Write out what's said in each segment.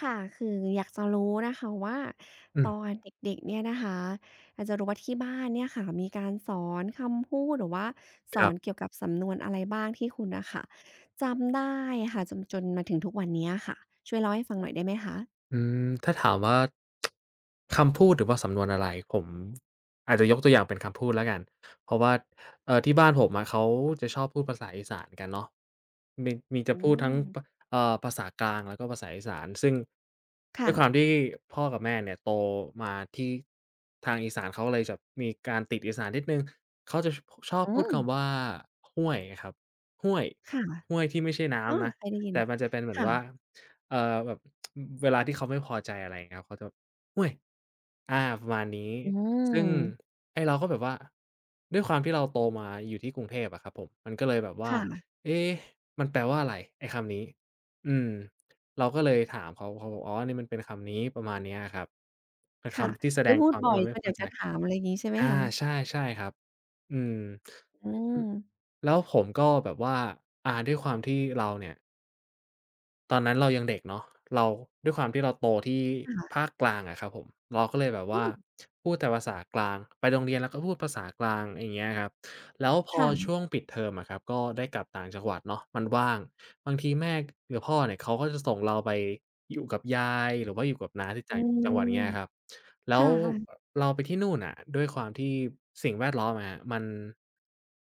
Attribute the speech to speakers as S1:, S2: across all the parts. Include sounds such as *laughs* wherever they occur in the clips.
S1: ค่ะคืออยากจะรู้นะคะว่า
S2: อืม
S1: ตอนเด็กๆเนี่ยนะคะอยากจะรู้ว่าที่บ้านเนี่ยค่ะมีการสอนคำพูดหรือว่าส
S2: ค
S1: อ
S2: รั
S1: น
S2: บ
S1: เกี่ยวกับสำนวนอะไรบ้างที่คุณน่ะค่ะจำได้อะค่ะจนจนมาถึงทุกวันเนี้ยค่ะช่วยเล่าให้ฟังหน่อยได้ไหมคะ
S2: อืมถ้าถามว่าคำพูดหรือว่าสำนวนอะไรผมอาจจะยกตัวอย่างเป็นคำพูดแล้วกันเพราะว่าที่บ้านผมอะเขาจะชอบพูดภาษาอีสานกันเนาะมีจะ
S1: อื
S2: พูดทั้งป
S1: ม
S2: ภาษากลางแล้วก็ภาษาอีสานซึ่งด้
S1: ค่ะ
S2: วยความที่พ่อกับแม่เนี่ยโตมาที่ทางอีสานเขาเลยจะมีการติดอีสานนิดหนึ่งเขาจะอบ
S1: อื
S2: พูด
S1: ม
S2: คำว่าห้วยอะครับห้วย
S1: ค่ะ
S2: ห้วยที่ไม่ใช่
S1: อ้อ
S2: น้ำนะ
S1: เคยได้ยิน
S2: แต่มันจะเป็นเหมือน
S1: ค่ะ
S2: ว่าแบบ เวลาที่เขาไม่พอใจอะไรเครับเขาจะแบบโอ๊ยอาประมาณนี้
S1: อื
S2: ซึ่ง
S1: ม
S2: ไอ้เราก็แบบว่าด้วยความที่เราโตมาอยู่ที่กรุงเทพอะครับผมมันก็เลยแบบว่า
S1: ค่ะ
S2: เอ๊ะมันแปลว่าอะไรไอ้คำนี้อืมเราก็เลยถามเขาเขาบอกอ๋อนี่มันเป็นคำนี้ประมาณเนี้ยครับเป็น
S1: ค่ะ
S2: คำที่แสด
S1: คือ
S2: ง
S1: พู
S2: ค
S1: ด
S2: วาม
S1: บ่อย
S2: เรา
S1: จ
S2: ไม่
S1: น
S2: พ
S1: อ
S2: อ
S1: ยาก
S2: ใจ
S1: จะถามอะไรอย่างงี้ใช่ไหม
S2: อา
S1: คะ
S2: ใช่ใช่ครับอืม
S1: อื
S2: อ
S1: ม
S2: แล้วผมก็แบบว่าอาด้วยความที่เราเนี่ย ตอนนั้นเรายังเด็กเนาะเราด้วยความที่เราโตที่ภา
S1: ค่ะ
S2: คกลางอะครับผมเราก็เลยแบบ
S1: อื
S2: ว่า
S1: ม
S2: พูดแต่ภาษากลางไปโรงเรียนแล้วก็พูดภาษากลางอย่างเงี้ยครับแล้วพอช่
S1: ค่ะ
S2: วงปิดเทอมอะครับก็ได้กลับต่างจังหวัดเนาะมันว่างบางทีแม่หรือพ่อเนี่ยเขาก็จะส่งเราไปอยู่กับยายหรือว่าอยู่กับน้าที่
S1: อื
S2: ต่างจังห
S1: ม
S2: วัดเงี้ยครับแล้ว
S1: ค่ะค่ะ
S2: เราไปที่นู่นน่ะด้วยความที่สิ่งแวดล้อมอะครับมัน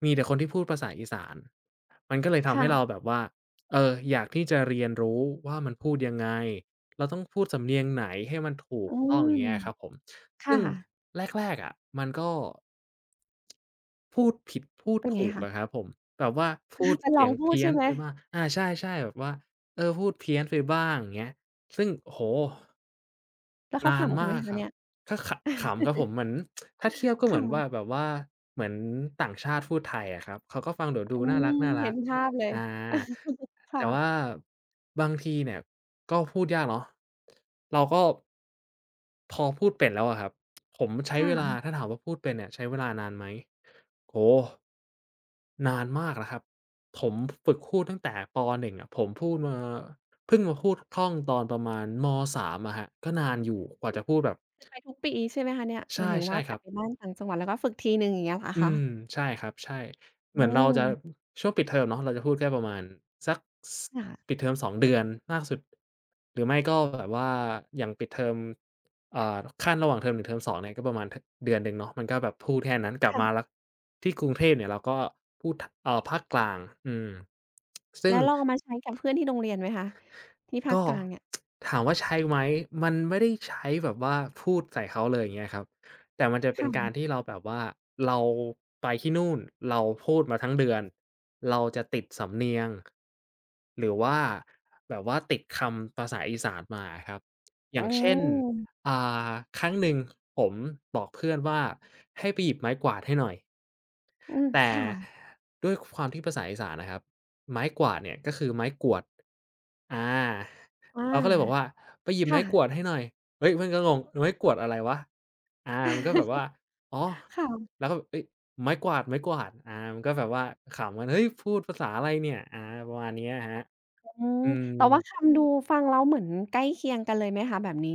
S2: มีแต่คนที่พูดภาษาอีสานมันก็เลยทำให้เราแบ
S1: ค่ะ
S2: บว่า เอออยากที่จะเรียนรู้ว่ามันพูดยังไงเราต้องพูดสำเนียงไหนให้มันถูก
S1: อื
S2: ต้องอย่าง
S1: ม
S2: เงี้ยครับผมซึ่
S1: ค่ะ
S2: งแรกๆอะมันก็ พูดผิดพูด
S1: เป็นไง
S2: ถูก
S1: คะ
S2: อะครับผมแบบว่าพูด
S1: อาแต่ล
S2: เสี
S1: อ
S2: ย
S1: ง
S2: ง
S1: พูด
S2: เพี้ย
S1: ใช่
S2: น
S1: ไหม
S2: ไปบ้างอาใช่ๆแบบว่าเออพูดเพี้ยนไปบ้างอย่างเงี้ยซึ่งโอ้โฮ
S1: แล้วเขา
S2: นาน
S1: ขำกันไห
S2: มา
S1: ม
S2: กค
S1: คะ
S2: รับ
S1: เนี่ย
S2: ก็ขำครับผมเหมือนถ้าเทียบก็เหมือนว่า
S1: ค่ะ
S2: แบบว่าเหมือนต่างชาติพูดไทยอะครับเขาก็ฟังเดี๋ยวดู
S1: อื
S2: น่า
S1: ม
S2: รั
S1: เห็
S2: ก
S1: นภาพเล
S2: ๆ
S1: ย
S2: อาแต่
S1: ค่ะ
S2: ว่าบางทีเนี่ยก็พูดยากเนาะเราก็พอพูดเป็นแล้วอะครับผมใช้เวลา
S1: ค่ะ
S2: ถ้าถามว่าพูดเป็นเนี่ยใช้เวลานานไหม โอ้โฮนานมากนะครับผมฝึกพูดตั้งแต่ปหนึ่งอะผมพูดมาเพิ่งมาพูดคล่องตอนประมาณม3อะครับก็นานอยู่กว่าจะพูดแบบ
S1: คือไปทุกปีใช่ไหมคะเนี่ยห
S2: ใช่
S1: มายถึง
S2: ใช่
S1: ว่า
S2: ค
S1: กลั
S2: รั
S1: บ
S2: บ
S1: ไปบ้านต่างจังหวัดแล้วก็ฝึกทีหนึ่งอย่างเงี้ยเหรอ
S2: อื
S1: คะ
S2: มใช่ครับใช่เห
S1: อื
S2: มือนเรา
S1: ม
S2: จะช่วงปิดเทอมเนาะเราจะพูดแค่ประมาณสักส
S1: ค่ะ
S2: ปิดเทอม2เดือนมากสุดหรือไม่ก็แบบว่าอย่างปิดเทอมอ่าขั้นระหว่างเทอมหนึ่งเทอมสองเนี่ยก็ประมาณทเดือนหนึ่งเนาะมันก็แบบพูดแค่นั้นกลับมาแล้ว
S1: ค่ะ
S2: ที่กรุงเทพเนี่ยเราก็พูดทภาคกลางอืมซึ่
S1: แล้
S2: ง
S1: วลองเอามาใช้กับเพื่อนที่โรงเรียนไหมคะที่ภาค
S2: ก็
S1: กลางเนี่ย
S2: ถามว่าใช้ไหม มันไม่ได้ใช้แบบว่าพูดใส่เขาเลยอย่างเงี้ยครับ แต่มันจะเป็นการ
S1: ค่ะ
S2: ที่เราแบบว่าเราไปที่นู่นเราพูดมาทั้งเดือน เราจะติดสำเนียง หรือว่าแบบว่าติดคำภาษาอีสานมาอะครับ อ
S1: อื
S2: ย่างเช่น
S1: ม
S2: อ่าครั้งหนึ่งผมบอกเพื่อนว่าให้ไปหยิบไม้กวาดให้หน่อย
S1: อืม
S2: แต่
S1: ค่ะ
S2: ด้วยความที่ภาษาอีสานนะครับไม้กวาดเนี่ยก็คือไม้กวดอา
S1: อา
S2: เราก็เลยบอกว่าไปหยิบไม้
S1: ค่ะ
S2: กวาดให้หน่อยเฮ้ยเพื่อนก็งงไม้กวาดอะไรวะอามันก็แบบว่าอ๋อ
S1: *laughs* ค่ะ
S2: แล้วก็เฮ้ยไม้กวาดอามันก็แบบว่าขำกันเฮ้ยพูดภาษาอะไรเนี่ยอาประมาณเนี้ยครับ
S1: อืม
S2: อืม
S1: แต่ว่าคำดูฟังแล้วเหมือนใกล้เคียงกันเลยไหมคะแบบนี้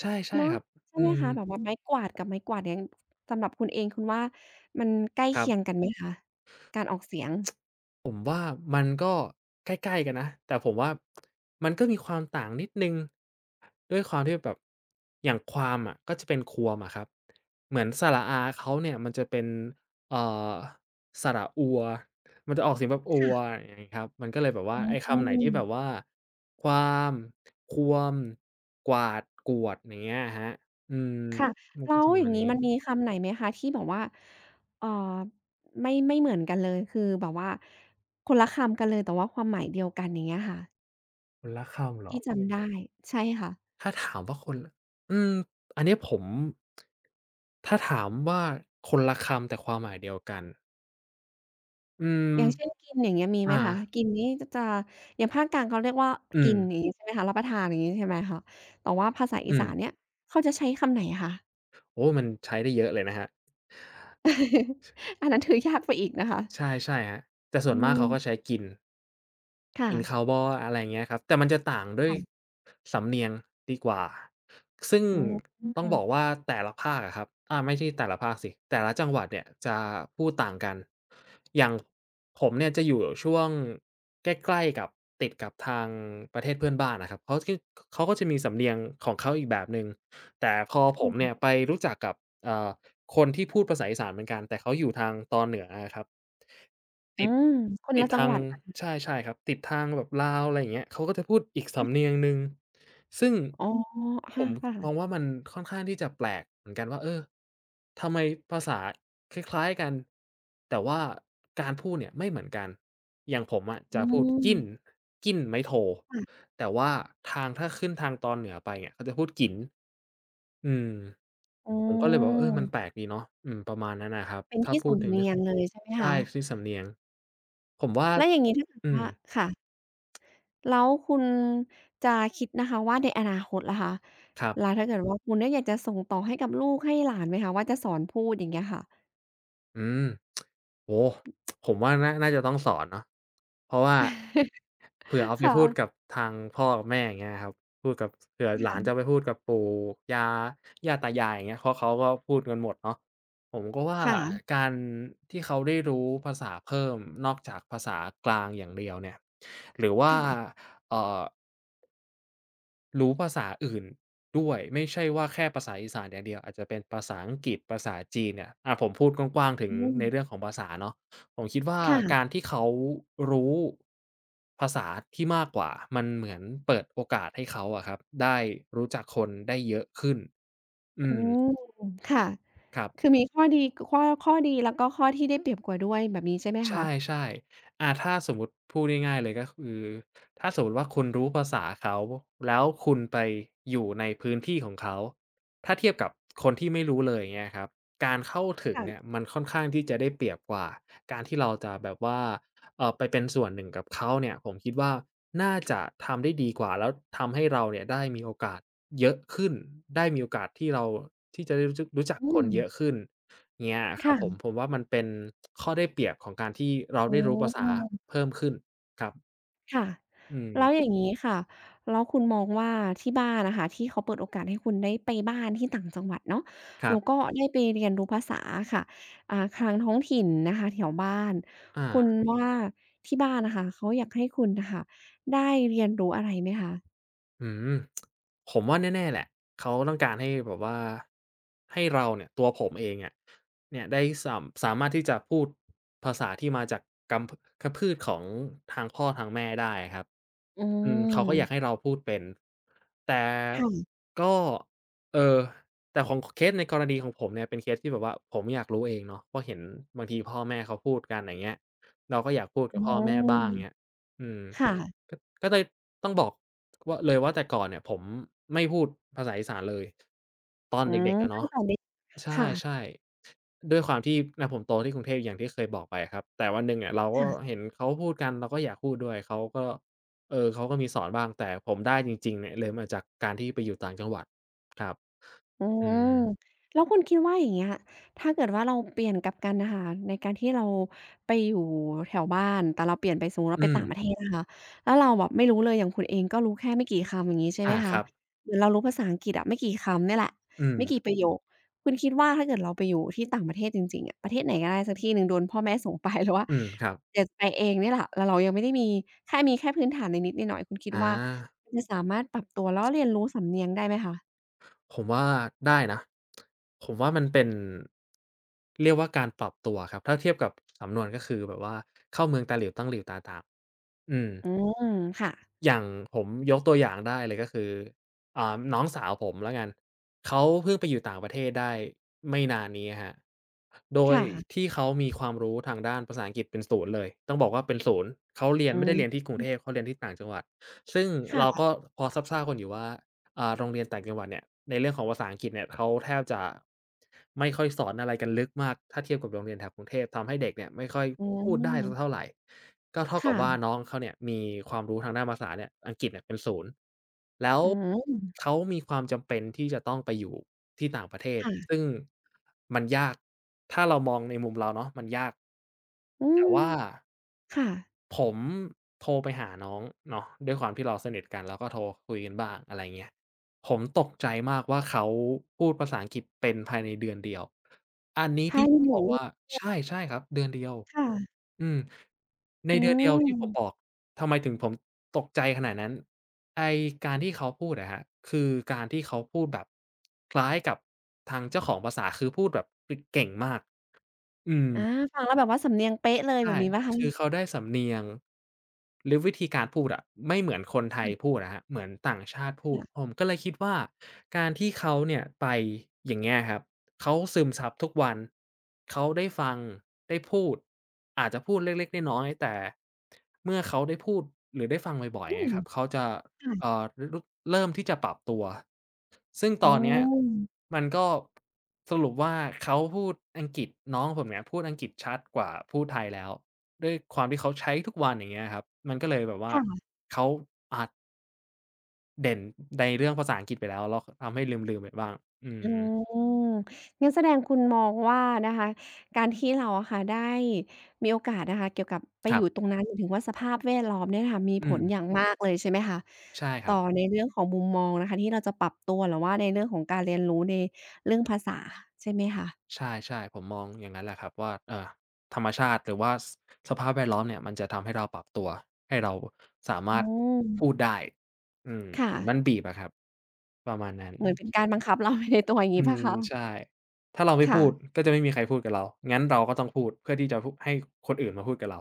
S2: ใช่ใช่
S1: เนาะ
S2: ครับ
S1: ใช่
S2: อื
S1: ไหม
S2: ม
S1: คะแบบว่าไม้กวาดกับไม้กวาดเนี่ยสำหรับคุณเองคุณว่ามันใกล้
S2: ครั
S1: เคียง
S2: บ
S1: กันไหมคะการออกเสียง
S2: ผมว่ามันก็ใกล้ๆกันนะแต่ผมว่ามันก็มีความต่างนิดหนึ่งด้วยความที่แบบอย่างความอะก็จะเป็นความอะครับเหมือนสระอาเขาเนี่ยมันจะเป็นเอ่อสระอัวมันจะออกเสียงแบบอัว
S1: ค่ะ
S2: อย่างงี้ครับมันก็เลยแบบว่า
S1: อื
S2: ไอ้คำไหนที่
S1: ม
S2: แบบว่าความควมกวาดกวดอย่างเงี้ยอะครับอืม
S1: ค่ะ
S2: มัน
S1: แล้
S2: ก็
S1: ว
S2: จะเป็น
S1: อ
S2: แบ
S1: ย่า
S2: บ
S1: งงี้
S2: นี้
S1: มันมีคำไหนไหมคะที่แบบว่าเอ่อไม่เหมือนกันเลยคือแบบว่าคนละคำกันเลยแต่ว่าความหมายเดียวกันอย่างเงี้ยค่ะ
S2: คนละคำเหรอ
S1: ที่จำได้ใช่ค่ะ
S2: ถ้าถามว่าคนอืมอันเนี้ยผม ถ้าถามว่าคนละคำแต่ความหมายเดียวกัน อืม
S1: อย่างเช่นกินอย่างเงี้ยมีไห
S2: อ่า
S1: มคะกินนี่จะอย่างภาคกลางเขาเรียกว่า
S2: อื
S1: กิ
S2: ม
S1: นอย่างงี้ใช่ไหมคะรับประทานอย่างงี้ใช่ไหมคะแต่ว่าภาษาอี
S2: อืม
S1: สานเนี่ยเขาจะใช้คำไหนคะ
S2: โอ้มันใช้ได้เยอะเลยนะครับ
S1: อันนั้นถือยากไปอีกนะคะ
S2: ใช่ใช่ครับแต่ส่ว
S1: อื
S2: นมากเขาก็
S1: ม
S2: ใช้กิน
S1: ค่ะ
S2: กิน Cowboy อะไรอย่างเงี้ยครับแต่มันจะต่างด้วย
S1: ค่ะ
S2: สำเนียงดีกว่าซึ่ง
S1: อืม
S2: ต้อง
S1: ค่ะ
S2: บอกว่าแต่ละภาคอะครับอาไม่ใช่แต่ละภาคสิแต่ละจังหวัดเนี่ยจะพูดต่างกันอย่างผมเนี่ยจะอยู่ช่วงใกล้ๆกับติดกับทางประเทศเพื่อนบ้านอะครับเขาก็จะมีสำเนียงของเขาอีกแบบหนึ่งแต่พอผมเนี่ยไปรู้จักกับเอ่อคนที่พูดภาษาอีสานเหมือนกันแต่เขาอยู่ทางตอนเหนืออะครับ
S1: อื
S2: ติด
S1: มคน
S2: ติด
S1: ละจัง
S2: ทา
S1: ห
S2: ง
S1: วัดค่ะ
S2: ใช่ใช่ครับติดทางแบบลาวอะไรอย่างเงี้ยเขาก็จะพูดอีกสำเนียงหนึ่งซึ่ง
S1: อ๋อค
S2: ผม
S1: ่ะ
S2: มอ
S1: ๆ
S2: งว่ามันค่อนข้างที่จะแปลกเหมือนกันว่าเออทำไมภาษาคล้ายๆกันแต่ว่าการพูดเนี่ยไม่เหมือนกันอย่างผมอะ
S1: อื
S2: จะพูด
S1: ม
S2: กิ้นกิ้นไม้โท
S1: ค่ะ
S2: แต่ว่าทางถ้าขึ้นทางตอนเหนือไปเนี่ยเขาจะพูดกิ๋น อืม
S1: อื
S2: ผมก็เลยบอกว่าเออมันแปลก
S1: ม
S2: ดีเนาะอืมประมาณนั้นน่ะครับ
S1: เป็น
S2: ถ้า
S1: ที่
S2: พูด
S1: สำ
S2: ถึง
S1: เนียงเลยใช่ไหม
S2: *unintelligible* ใช่
S1: คะ
S2: ที่สำเนียงผมว่า
S1: แล้วอย่างงี้ถ้าเกิด
S2: อืม
S1: ว่าค่ะแล้วคุณจะคิดนะคะว่าในอนาคตล่ะคะ
S2: ครั
S1: แล้
S2: บ
S1: วถ้าเกิดว่าคุณเนี่ยอยากจะส่งต่อให้กับลูกให้หลานไหมคะว่าจะสอนพูดอย่างเงี้ยค่ะ
S2: อืม โอ้โฮผมว่าน่าจะต้องสอนเนาะเพราะว่า
S1: *laughs*
S2: เผื่อเอาไปพูดกับ
S1: ค่ะ
S2: ทางพ่อกับแม่อย่างเงี้ยครับพูดกับเผื่อหลานจะ
S1: ค่ะ
S2: ไปพูดกับปู่ยาย่าตายายอย่างเงี้ยเพราะเขาก็พูดกันหมดเนาะผมก็ว่า
S1: ค่ะ
S2: การที่เขาได้รู้ภาษาเพิ่มนอกจากภาษากลางอย่างเดียวเนี่ยหรือว่า
S1: ค่ะ
S2: เอ่อ รู้ภาษาอื่นด้วยไม่ใช่ว่าแค่ภาษาอีสานอย่างเดียวอาจจะเป็นภาษาอังกฤษภาษาจีนเนี่ยอ่าผมพูดกว้างๆถึง
S1: อืม
S2: ในเรื่องของภาษาเนาะผมคิดว่า
S1: ค่ะ
S2: การที่เขารู้ภาษาที่มากกว่ามันเหมือนเปิดโอกาสให้เขาอะครับได้รู้จักคนได้เยอะขึ้นอื
S1: อื
S2: ม
S1: มค่ะ
S2: ครั
S1: คือ
S2: บ
S1: มีข้อดีกข้อดีแล้วก็ข้อที่ได้เปรียบกว่าด้วยแบบนี้ใช่ไหม
S2: ใช
S1: คะ
S2: ่ๆอาถ้าสมมุติพูดง่ายๆเลยก็คือถ้าสมมุติว่าคุณรู้ภาษาเขาแล้วคุณไปอยู่ในพื้นที่ของเขาถ้าเทียบกับคนที่ไม่รู้เลยอย่างเงี้ยครับการเข้าถึงเนี่ย
S1: ค่ะ
S2: มันค่อนข้างที่จะได้เปรียบกว่าการที่เราจะแบบว่าไปเป็นส่วนหนึ่งกับเขาเนี่ยผมคิดว่าน่าจะทำได้ดีกว่าแล้วทำให้เราเนี่ยได้มีโอกาสเยอะขึ้นได้มีโอกาสที่เราที่จะได้รู้จัก
S1: อื
S2: คน
S1: ม
S2: เยอะขึ้น เนี่ยครับผม
S1: ค่ะ
S2: ผมว่ามันเป็นข้อได้เปรียบของการที่เรา
S1: อื
S2: ได้รู้ภาษา
S1: ม
S2: เพิ่มขึ้นครับ
S1: ค่ะ
S2: อื
S1: แล้ว
S2: ม
S1: อย่างงี้ค่ะแล้วคุณมองว่าที่บ้านนะค่ะที่เขาเปิดโอกาสให้คุณได้ไปบ้านที่ต่างจังหวัดเนาะ
S2: ครับ
S1: แล้วก็ได้ไปเรียนรู้ภาษาอะค่ะอ่าทางท้องถิ่นนะคะแถวบ้าน
S2: อา
S1: คุณว่าที่บ้านน่ะค่ะเขาอยากให้คุณน่ะค่ะได้เรียนรู้อะไรไหมคะ
S2: อืมผมว่าแน่ๆแหละเขาต้องการให้แบบว่าให้เราเนี่ยตัวผมเองอะเนี่ยได้สามารถที่จะพูดภาษาที่มาจากกำพืชของทางพ่อทางแม่ได้อะครับ
S1: อื
S2: อืมเขาก็อยากให้
S1: ม
S2: เราพูดเป็นแต่
S1: ค่ะ
S2: ก็เอ่อแต่ของเคสในกรณีของผมเนี่ยเป็นเคสที่แบบว่าผมอยากรู้เองเนาะเพราะเห็นบางทีพ่อแม่เขาพูดกันอย่างเงี้ยเราก็อยากพูดกั
S1: อื
S2: บพ่อ
S1: ม
S2: แม่บ้างเงี้ยอืม
S1: ค่ะ
S2: ก็ก็เลยต้องบอกว่าเลยว่าแต่ก่อนเนี่ยผมไม่พูดภาษาอีสานเลยตอน
S1: อื
S2: เด็
S1: ม
S2: กๆอะ
S1: ตั้
S2: เนาะ
S1: งแต่เด็ก
S2: ใ
S1: ค่ะ
S2: ช่ๆด้วยความที่อะผมโตที่กรุงเทพอย่างที่เคยบอกไปอะครับแต่วันหนึ่งเนี่ยเราก็
S1: ค่ะ
S2: เห็นเขาพูดกันเราก็อยากพูดด้วยเขาก็เออเขาก็มีสอนบ้างแต่ผมได้จริงๆเนี่ยเลยมาจากการที่ไปอยู่ต่างจังหวัดครับ
S1: อื
S2: อื
S1: ม
S2: ม
S1: แล้วคุณคิดว่าอย่างเงี้ยถ้าเกิดว่าเราเปลี่ยนกลับกันน่ะค่ะในการที่เราไปอยู่แถวบ้านแต่เราเปลี่ยนไปสมมุติเรา
S2: อื
S1: ไป
S2: ม
S1: ต่างประเทศนะคะแล้วเราแบบไม่รู้เลยอย่างคุณเองก็รู้แค่ไม่กี่คำอย่างงี้ใช่ไหม
S2: อาค
S1: คะ
S2: รับ
S1: เหมือนเรารู้ภาษาอังกฤษอะไม่กี่คำเนี่ยแหละ
S2: อืม
S1: ไม่กี่ประโยคคุณคิดว่าถ้าเกิดเราไปอยู่ที่ต่างประเทศจริงๆอะประเทศไหนก็ได้สักที่หนึ่งโดนพ่อแม่ส่งไป *laughs* หรือว่า
S2: อืมครับ
S1: อยากจะไปเองเนี่ยแหละแล้วเรายังไม่ได้มีแค่มีพื้นฐานนิดๆหน่อยๆคุณคิด
S2: อา
S1: ว่าจะสามารถปรับตัวแล้วเรียนรู้สำเนียงได้ไหมคะ
S2: ผมว่าได้นะผมว่ามันเป็นเรียกว่าการปรับตัวครับถ้าเทียบกับสำนวนก็คือแบบว่าเข้าเมืองตาหลิ่วตั้งหลิ่วตาตามอืม
S1: อืมค่ะ
S2: อย่างผมยกตัวอย่างได้เลยก็คืออ่าน้องสาวผมแล้วกันเขาเพิ่งไปอยู่ต่างประเทศได้ไม่นานนี้อะครับโดย
S1: ค่ะ
S2: ที่เขามีความรู้ทางด้านภาษาอังกฤษเป็นศูนย์เลยต้องบอกว่าเป็นศูนย์เขาเรียน
S1: อื
S2: ไม่ได้เรียน
S1: ม
S2: ที่กรุงเทพเขาเรียนที่ต่างจังหวัดซึ่งเรา
S1: ค่ะ
S2: ก็พอทราบๆกันอยู่ว่า อ่าโรงเรียนต่างจังหวัดเนี่ยในเรื่องของภาษาอังกฤษเนี่ยเขาแทบจะไม่ค่อยสอนอะไรกันลึกมากถ้าเทียบกับโรงเรียนแถวกรุงเทพทำให้เด็กเนี่ยไม่ค่อย
S1: อื
S2: พูดได้สักเท่า
S1: ม
S2: ไรก็เท่ากับว่า
S1: ค่ะ
S2: น้องเขาเนี่ยมีความรู้ทางด้านภาษาเนี่ยอังกฤษเนี่ยเป็นศูนย์แล้ว
S1: อืม
S2: เขามีความจำเป็นที่จะต้องไปอยู่ที่ต่างประเทศ
S1: ค่ะ
S2: ซึ่งมันยากถ้าเรามองในมุมเราเนาะมันยาก
S1: อื
S2: แต่
S1: ม
S2: ว่า
S1: ค่ะ
S2: ผมโทรไปหาน้องเนาะด้วยความที่เราสนิทกันแล้วก็โทรคุยกันบ้างอะไรเงี้ยผมตกใจมากว่าเขาพูดภาษาอังกฤษเป็นภายในเดือนเดียวอันนี้
S1: พา
S2: ที่ผ
S1: ยุ
S2: มบอกว่า
S1: *unintelligible*
S2: ใช่ใช่ครับเดือนเดียว
S1: ค่ะ
S2: อืมใน
S1: อื
S2: เดือนเดียวที่ผมบอ
S1: ม
S2: กทำไมถึงผมตกใจขนาดนั้นไอ้การที่เขาพูดอะครับคือการที่เขาพูดแบบคล้ายกับทางเจ้าของภาษาคือพูดแบบคือเก่งมากอืม
S1: อาฟังแล้วแบบว่าสำเนียงเป๊ะเลยแบ
S2: ใช่
S1: บนี้เปล่า
S2: คือ
S1: คะ
S2: เขาได้สำเนียงหรือวิธีการพูดอะไม่เหมือนคนไทยพู
S1: ค
S2: ดอะครับเหมือนต่างชาติพูด
S1: ่ะ
S2: ผมก็เลยคิดว่าการที่เขาเนี่ยไปอย่างเงี้ยครับเขาซึมซับทุกวันเขาได้ฟังได้พูดอาจจะพูดเล็กๆน้อยๆแต่เมื่อเขาได้พูดหรือได้ฟังบ่อ
S1: ๆ
S2: ย
S1: อื
S2: ๆอะ
S1: ม
S2: ครับเขาจะ เอ่
S1: ค่ะ
S2: อรรุเริ่มที่จะปรับตัวซึ่งต
S1: อื
S2: อนเนี้ย
S1: ม
S2: มันก็สรุปว่าเขาพูดอังกฤษน้องผมเนี่ยพูดอังกฤษชัดกว่าพูดไทยแล้วด้วยความที่เขาใช้ทุกวันอย่างเงี้ยครับมันก็เลยแบบว่า
S1: ค่ะ
S2: เขาอ่าเด่นในเรื่องภาษาอังกฤษไปแล้วแล้วทำให้ลืมๆไปบ้างอื
S1: อื
S2: ม
S1: มงั้นแสดงคุณมองว่านะคะการที่เราอะค่ะได้มีโอกาสนะคะเกี่ยวกับไป
S2: ค
S1: อ
S2: รั
S1: ยู่ต
S2: บ
S1: รงนั้นหมายถึงว่าสภาพแวดล้อมเนี่ยค่ะมี
S2: อื
S1: ผ
S2: ม
S1: ลอย่างมากเลยใช่ไหมคะ
S2: ใช่ค
S1: ต่
S2: รั
S1: อ
S2: บ
S1: ในเรื่องของมุมมองนะคะที่เราจะปรับตัวหรือว่าในเรื่องของการเรียนรู้ในเรื่องภาษาใช่ไหมคะ
S2: ใช่ๆผมมองอย่างนั้นแหละครับว่าธรรมชาติหรือว่าสภาพแวดล้อมเนี่ยมันจะทำให้เราปรับตัวให้เราสา
S1: อื
S2: มารถ
S1: ม
S2: พูดได้อืม
S1: ค่ะ
S2: เหมือนมันบีบอะครับประมาณนั้น
S1: เหมือนเป็นการบังคับเรา *laughs* ไปในตัวอย่างงี้
S2: อื
S1: เปล่า
S2: ม
S1: คะ
S2: ใช่ถ้าเราไม่พู
S1: ค่ะ
S2: ดก็จะไม่มีใครพูดกับเรางั้นเราก็ต้องพูดเพื่อที่จะพให้คนอื่นมาพูดกับเรา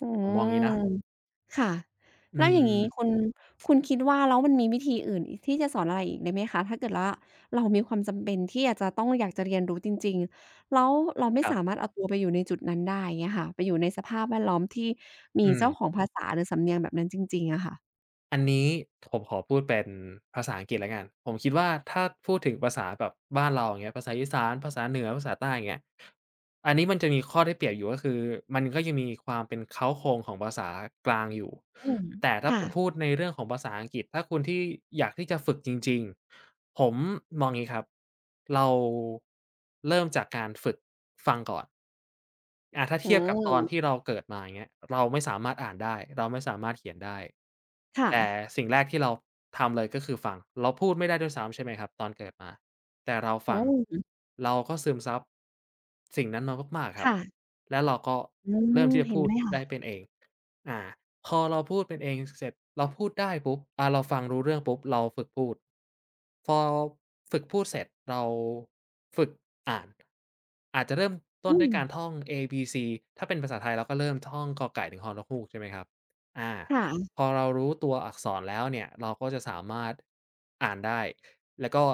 S1: อื
S2: ผมมองงี้
S1: ม
S2: นะ
S1: ค่ะ
S2: อื
S1: แล้วอย่างงี้คุ
S2: ม
S1: ณคุณคิดว่าแล้วมันมีวิธีอื่นอีกที่จะสอนอะไรอีกได้ไหมคะ ถ้าเกิดว่าเรามีความจำเป็นที่อยากจะต้องอยากจะเรียนรู้จริงๆแล้วเราไม่
S2: ครั
S1: สามาร
S2: บ
S1: ถเอาตัวไปอยู่ในจุดนั้นได้อย่างเงี้ยค่ะไปอยู่ในสภาพแวดล้อมที่มี
S2: อืม
S1: เจ้าของภาษาหรือสำเนียงแบบนั้นจริงๆอะค่ะ
S2: อันนี้ผมขอพูดเป็นภาษาอังกฤษแล้วกันผมคิดว่าถ้าพูดถึงภาษาแบบบ้านเราอย่างเงี้ยภาษาอีสานภาษาเหนือภาษาใต้อย่างเงี้ยอันนี้มันจะมีข้อได้เปรียบอยู่ก็คือมันก็ยังมีความเป็นเค้าโครงของภาษากลางอยู่
S1: อืม
S2: แต่ถ้าผ
S1: ค่ะ
S2: มพูดในเรื่องของภาษาอังกฤษถ้าคุณที่อยากที่จะฝึกจริงๆผมมองงี้ครับเราเริ่มจากการฝึกฟังก่อน ถ้า
S1: อื
S2: เทียบกับตอนที่
S1: ม
S2: เราเกิดมาอย่างเงี้ยเราไม่สามารถอ่านได้เราไม่สามารถเขียนได้
S1: ค่ะ
S2: แต่สิ่งแรกที่เราทำเลยก็คือฟังเราพูดไม่ได้ด้วยซ้ำใช่ไหมครับตอนเกิดมาแต่เรา
S1: อื
S2: ฟัง
S1: ม
S2: เราก็ซึมซับสิ่งนั้นมามากๆครับ
S1: ค่ะ
S2: แล้วเราก็
S1: อื
S2: เริ่ม
S1: ม
S2: ที่จะ
S1: เห็น
S2: พูด
S1: ด้วยค่ะ
S2: ได้เป็นเองอา พอเราพูดเป็นเองเสร็จเราพูดได้ปุ๊บเราฟังรู้เรื่องปุ๊บเราฝึกพูดพอฝึกพูดเสร็จเราฝึกอ่านอาจจะเริ่มต้น
S1: อื
S2: ด้ว
S1: ม
S2: ยการท่อง ABC ถ้าเป็นภาษาไทยเราก็เริ่มท่องกอไก่ถึงฮอนกฮูกใช่ไหมครับอา
S1: ค่ะ
S2: พอเรารู้ตัวอักษรแล้วเนี่ยเราก็จะสามารถอ่านได้แล้วก็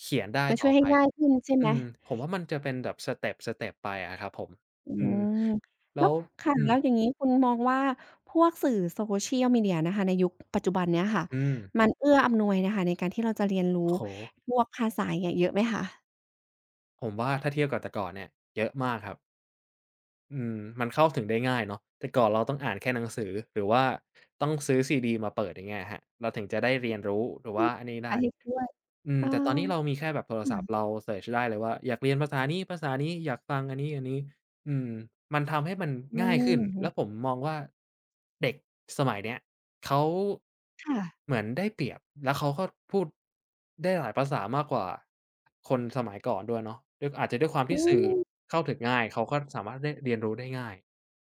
S2: เขียนได้
S1: มัน
S2: ต่
S1: ช่
S2: อ
S1: วยให้
S2: ไป
S1: ง่ายขึ้นใช่ไหม
S2: อืมผมว่ามันจะเป็นแบบสเต็ปๆไปอะครับผม
S1: อื
S2: อืม
S1: ม
S2: แล้
S1: แล้ว
S2: ว
S1: ค่ะ
S2: อืม
S1: แล้วอย่างงี้คุณมองว่าพวกสื่อ Social Media นะคะในยุคปัจจุบันเนี้ยค่ะ
S2: อืม
S1: มันเอื้ออำนวยนะคะในการที่เราจะเรียนรู้
S2: โอ้โฮ
S1: พวกภาษาอย่างเงี้ยเยอะไหมคะ
S2: ผมว่าถ้าเทียบกับแต่ก่อนเนี่ยเยอะมากครับอืมมันเข้าถึงได้ง่ายเนาะแต่ก่อนเราต้องอ่านแค่หนังสือหรือว่าต้องซื้อซีดีมาเปิดอย่างเงี้ยครับเราถึงจะได้เรียนรู้หรือ
S1: อื
S2: ว่า
S1: ม
S2: อันนี้
S1: ค่ะ
S2: ได้
S1: เห็นด้วย
S2: อืม
S1: เออ
S2: แต่ตอนนี้เรามีแค่แบบโทรศัพท์
S1: ค่ะ
S2: เราเซิร์ชได้เลยว่าอยากเรียนภาษานี้ภาษานี้อยากฟังอันนี้อันนี้อืมมันทำให้มัน
S1: อื
S2: ง่ายขึ้นแล้วผ
S1: ม
S2: มมองว่าเด็กสมัยเนี้ยเขา
S1: ค่ะ
S2: เหมือนได้เปรียบแล้วเขาก็พูดได้หลายภาษามากกว่าคนสมัยก่อนด้วยเนาะด้วยอาจจะด้วยความ
S1: อื
S2: ที่สื่อ
S1: ม
S2: เข้าถึงง่ายเขาก็สามารถได้เรียนรู้ได้ง่าย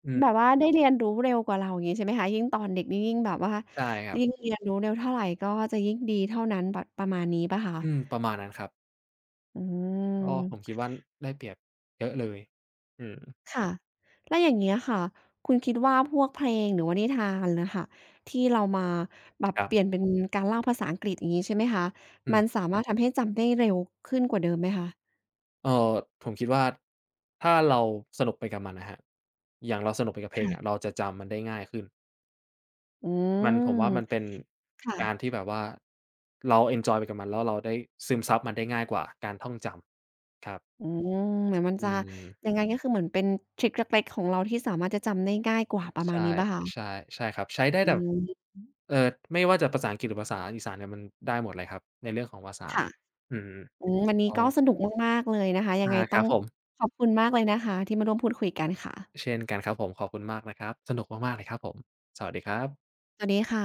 S2: อืม
S1: แบบว่าได้เรียนรู้เร็วกว่าเราอย่างงี้ใช่ไหมคะยิ่งตอนเด็กนี่ยิ่งแบบว่า
S2: ใช่ครับ
S1: ยิ่งเรียนรู้เร็วเท่าไรก็จะยิ่งดีเท่านั้นแบบประมาณนี้เปล่าคะ
S2: อืมประมาณนั้นครับ
S1: อื
S2: ก็ผม
S1: ม
S2: คิดว่าได้เปรียบเยอะเลยอืม
S1: ค่ะแล้วอย่างเงี้ยค่ะคุณคิดว่าพวกเพลงหรือว่านิทานน่ะค่ะที่เรามาแบบ
S2: ครั
S1: เปลี่ยน
S2: บ
S1: เป็นการเล่าภาษาอังกฤษอย่างงี้ใช่ไหมคะ
S2: อื
S1: มั
S2: ม
S1: นสามารถทำให้จำได้เร็วขึ้นกว่าเดิมไหมคะ
S2: เอ่อผมคิดว่าถ้าเราสนุกไปกับมันอะครับอย่างเราสนุกไปกับเพลงอะ
S1: ค่ะ
S2: เราจะจำมันได้ง่ายขึ้น
S1: อื
S2: มันผมว่า
S1: ม
S2: มันเป็นการ
S1: ค่ะ
S2: ที่แบบว่าเราเอนจอยไปกับมันแล้วเราได้ซึมซับมันได้ง่ายกว่าการท่องจำครับ
S1: อืมเหมือนมัน
S2: อื
S1: จะ
S2: ม
S1: ยังไงก็คือเหมือนเป็นทริกเล็กๆของเราที่สามารถจะจำได้ง่ายกว่าประมาณ
S2: ใช่
S1: นี้เปล่า
S2: ใช่
S1: คะ
S2: ใช่ครับใช้ได้
S1: อื
S2: แบบ
S1: ม
S2: เอ่อไม่ว่าจะภาษาอังกฤษหรือภาษาอีสานเนี่ยมันได้หมดเลยครับในเรื่องของภาษา
S1: ค่ะ
S2: อืม
S1: อืมวัน
S2: อ๋
S1: นี้
S2: อ
S1: ก็สนุกมากๆเลยนะคะยัง
S2: อา
S1: ไง
S2: ค
S1: ต้
S2: รั
S1: อ
S2: บ
S1: ง
S2: ผม
S1: ขอบคุณมากเลยนะคะที่มาร่วมพูดคุยกันค่ะ
S2: เช่นกันครับผมขอบคุณมากนะครับสนุกมากๆเลยครับผมสวัสดีครับ
S1: สวัสดีค่ะ